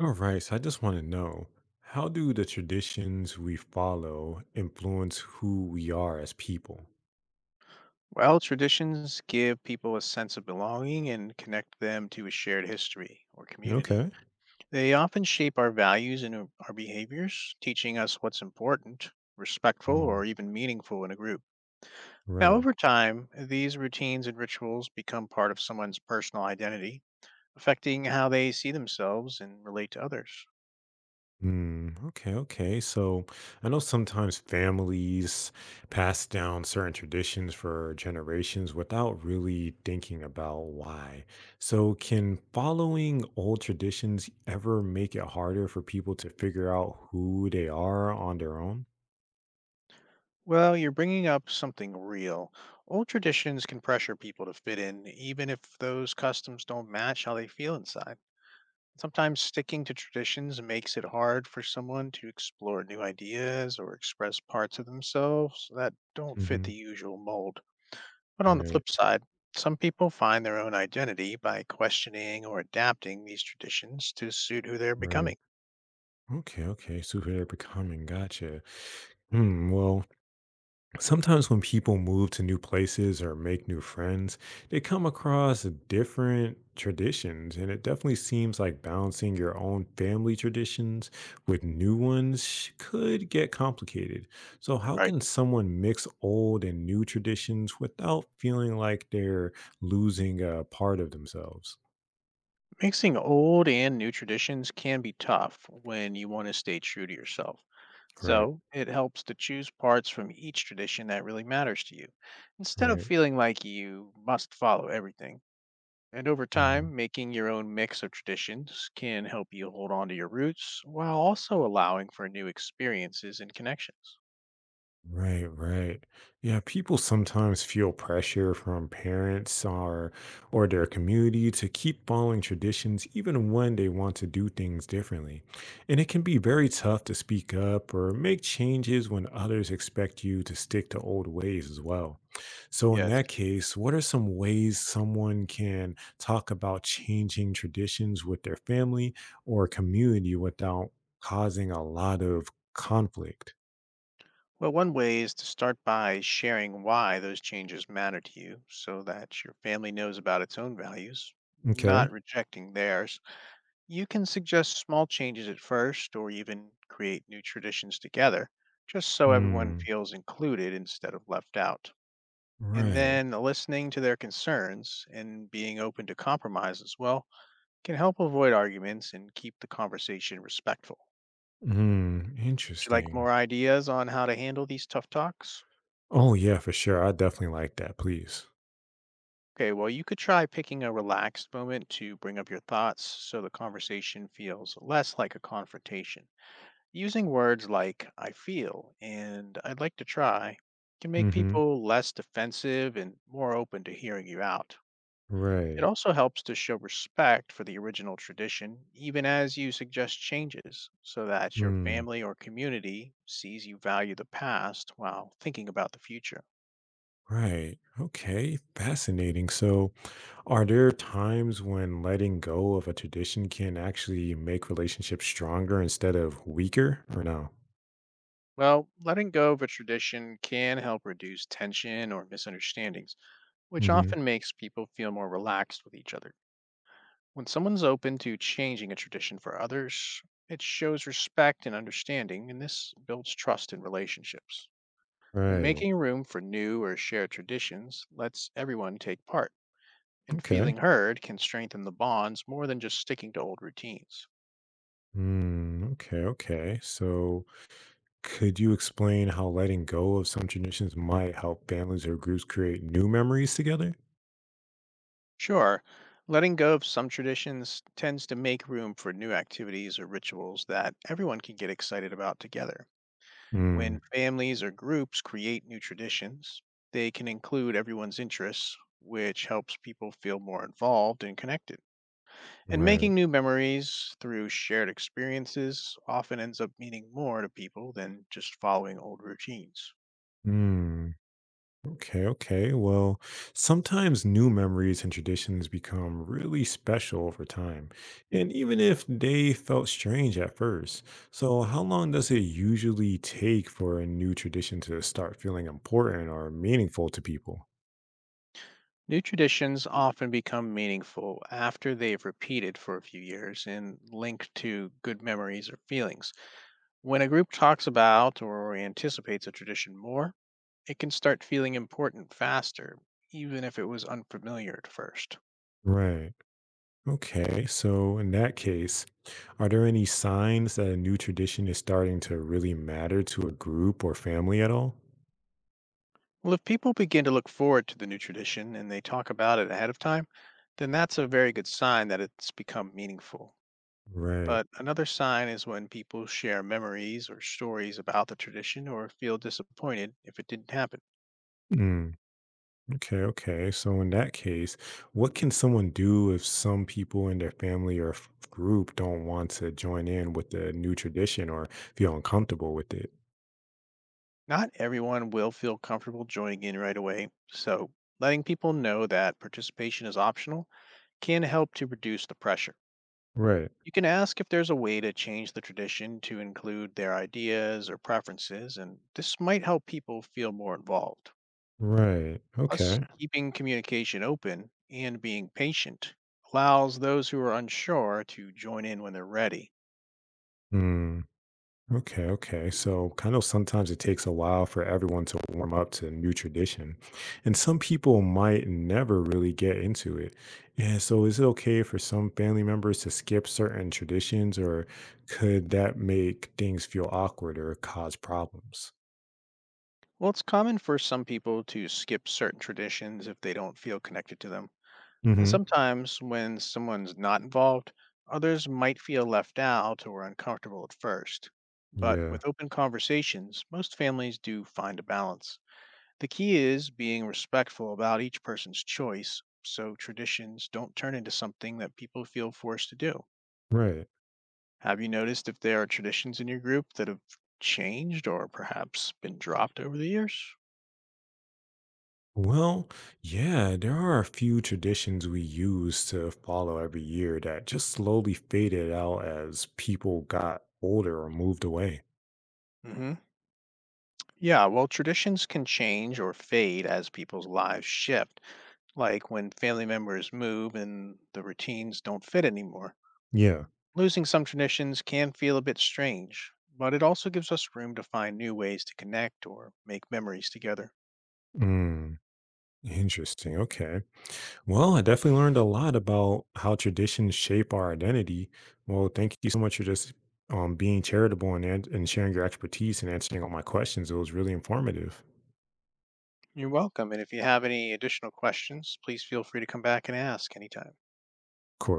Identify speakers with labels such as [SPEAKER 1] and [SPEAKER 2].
[SPEAKER 1] All right, so I just want to know how do the traditions we follow influence who we are as people?
[SPEAKER 2] Well, traditions give people a sense of belonging and connect them to a shared history or community.
[SPEAKER 1] Okay.
[SPEAKER 2] They often shape our values and our behaviors, teaching us what's important, respectful,
[SPEAKER 1] Mm,
[SPEAKER 2] or even meaningful in a group. Now,
[SPEAKER 1] right.
[SPEAKER 2] over time, these routines and rituals become part of someone's personal identity, affecting how they see themselves and relate to others.
[SPEAKER 1] Mm, okay, okay. So I know sometimes families pass down certain traditions for generations without really thinking about why. So, can following old traditions ever make it harder for people to figure out who they are on their own?
[SPEAKER 2] Well, you're bringing up something real. Old traditions can pressure people to fit in, even if those customs don't match how they feel inside. Sometimes sticking to traditions makes it hard for someone to explore new ideas or express parts of themselves that don't fit the
[SPEAKER 1] Hmm.
[SPEAKER 2] usual mold. But on the
[SPEAKER 1] Right,
[SPEAKER 2] flip side, some people find their own identity by questioning or adapting these traditions to suit who they're becoming.
[SPEAKER 1] right. Okay, okay. So who they're becoming. Gotcha. Hmm. Well, sometimes when people move to new places or make new friends, they come across different traditions. And it definitely seems like balancing your own family traditions with new ones could get complicated. So, how
[SPEAKER 2] Right.
[SPEAKER 1] can someone mix old and new traditions without feeling like they're losing a part of themselves?
[SPEAKER 2] Mixing old and new traditions can be tough when you want to stay true to yourself.
[SPEAKER 1] Right,
[SPEAKER 2] So it helps to choose parts from each tradition that really matters to you instead of
[SPEAKER 1] right.
[SPEAKER 2] feeling like you must follow everything. And over
[SPEAKER 1] Mm.
[SPEAKER 2] time, making your own mix of traditions can help you hold on to your roots while also allowing for new experiences and connections.
[SPEAKER 1] Right, right. Yeah, people sometimes feel pressure from parents or their community to keep following traditions even when they want to do things differently. And it can be very tough to speak up or make changes when others expect you to stick to old ways as well. So in
[SPEAKER 2] Yes.
[SPEAKER 1] that case, what are some ways someone can talk about changing traditions with their family or community without causing a lot of conflict?
[SPEAKER 2] Well, one way is to start by sharing why those changes matter to you so that your family knows about its own values,
[SPEAKER 1] Okay.
[SPEAKER 2] not rejecting theirs. You can suggest small changes at first or even create new traditions together, just so everyone
[SPEAKER 1] Mm,
[SPEAKER 2] feels included instead of left out. And
[SPEAKER 1] right.
[SPEAKER 2] then listening to their concerns and being open to compromise as well can help avoid arguments and keep the conversation respectful. Would
[SPEAKER 1] Mm,
[SPEAKER 2] you like more
[SPEAKER 1] interesting.
[SPEAKER 2] ideas on how to handle these tough talks?
[SPEAKER 1] Oh yeah, for sure. I definitely like that, please.
[SPEAKER 2] Okay, well, you could try picking a relaxed moment to bring up your thoughts so the conversation feels less like a confrontation. Using words like I feel and I'd like to try can make
[SPEAKER 1] Mm-hmm.
[SPEAKER 2] people less defensive and more open to hearing you out. It
[SPEAKER 1] Right.
[SPEAKER 2] also helps to show respect for the original tradition, even as you suggest changes, so that your
[SPEAKER 1] Mm,
[SPEAKER 2] family or community sees you value the past while thinking about the future.
[SPEAKER 1] right. Okay. Fascinating. So are there times when letting go of a tradition can actually make relationships stronger instead of weaker or no?
[SPEAKER 2] Well, letting go of a tradition can help reduce tension or misunderstandings, which
[SPEAKER 1] Mm-hmm.
[SPEAKER 2] often makes people feel more relaxed with each other. When someone's open to changing a tradition for others, it shows respect and understanding, and this builds trust in relationships. And
[SPEAKER 1] Right.
[SPEAKER 2] making room for new or shared traditions lets everyone take part, and feeling
[SPEAKER 1] Okay.
[SPEAKER 2] heard can strengthen the bonds more than just sticking to old routines.
[SPEAKER 1] Mm, okay, okay. So could you explain how letting go of some traditions might help families or groups create new memories together?
[SPEAKER 2] Sure, letting go of some traditions tends to make room for new activities or rituals that everyone can get excited about together. When families or groups create new traditions, they can include everyone's interests, which helps people feel more involved and connected. And
[SPEAKER 1] Right.
[SPEAKER 2] making new memories through shared experiences often ends up meaning more to people than just following old routines.
[SPEAKER 1] Mm. Okay. Okay. Well, sometimes new memories and traditions become really special over time, and even if they felt strange at first. So, how long does it usually take for a new tradition to start feeling important or meaningful to people?
[SPEAKER 2] New traditions often become meaningful after they've repeated for a few years and linked to good memories or feelings. When a group talks about or anticipates a tradition more, it can start feeling important faster, even if it was unfamiliar at first.
[SPEAKER 1] Right. Okay. So, in that case, are there any signs that a new tradition is starting to really matter to a group or family at all?
[SPEAKER 2] Well, if people begin to look forward to the new tradition and they talk about it ahead of time, then that's a very good sign that it's become meaningful.
[SPEAKER 1] Right.
[SPEAKER 2] But another sign is when people share memories or stories about the tradition or feel disappointed if it didn't happen.
[SPEAKER 1] Mm. Okay, okay. So in that case, what can someone do if some people in their family or group don't want to join in with the new tradition or feel uncomfortable with it?
[SPEAKER 2] Not everyone will feel comfortable joining in right away, so letting people know that participation is optional can help to reduce the pressure.
[SPEAKER 1] Right,
[SPEAKER 2] You can ask if there's a way to change the tradition to include their ideas or preferences, and this might help people feel more involved.
[SPEAKER 1] right.
[SPEAKER 2] Plus,
[SPEAKER 1] Okay.
[SPEAKER 2] keeping communication open and being patient allows those who are unsure to join in when they're ready.
[SPEAKER 1] Hmm. Okay, okay. So kind of sometimes it takes a while for everyone to warm up to a new tradition. And some people might never really get into it. And so is it okay for some family members to skip certain traditions or could that make things feel awkward or cause problems?
[SPEAKER 2] Well, it's common for some people to skip certain traditions if they don't feel connected to them. And
[SPEAKER 1] Hmm.
[SPEAKER 2] sometimes, when someone's not involved, others might feel left out or uncomfortable at first. But
[SPEAKER 1] Yeah,
[SPEAKER 2] with open conversations, most families do find a balance. The key is being respectful about each person's choice so traditions don't turn into something that people feel forced to do.
[SPEAKER 1] right.
[SPEAKER 2] Have you noticed if there are traditions in your group that have changed or perhaps been dropped over the years?
[SPEAKER 1] Well, yeah, there are a few traditions we use to follow every year that just slowly faded out as people got older or moved away.
[SPEAKER 2] Hmm. Yeah, well, traditions can change or fade as people's lives shift, like when family members move and the routines don't fit anymore.
[SPEAKER 1] Yeah.
[SPEAKER 2] Losing some traditions can feel a bit strange, but it also gives us room to find new ways to connect or make memories together.
[SPEAKER 1] Mm, interesting. Okay. Well, I definitely learned a lot about how traditions shape our identity. Well, thank you so much for just being charitable and, sharing your expertise and answering all my questions. It was really informative.
[SPEAKER 2] You're welcome, and if you have any additional questions, please feel free to come back and ask anytime.
[SPEAKER 1] Of course.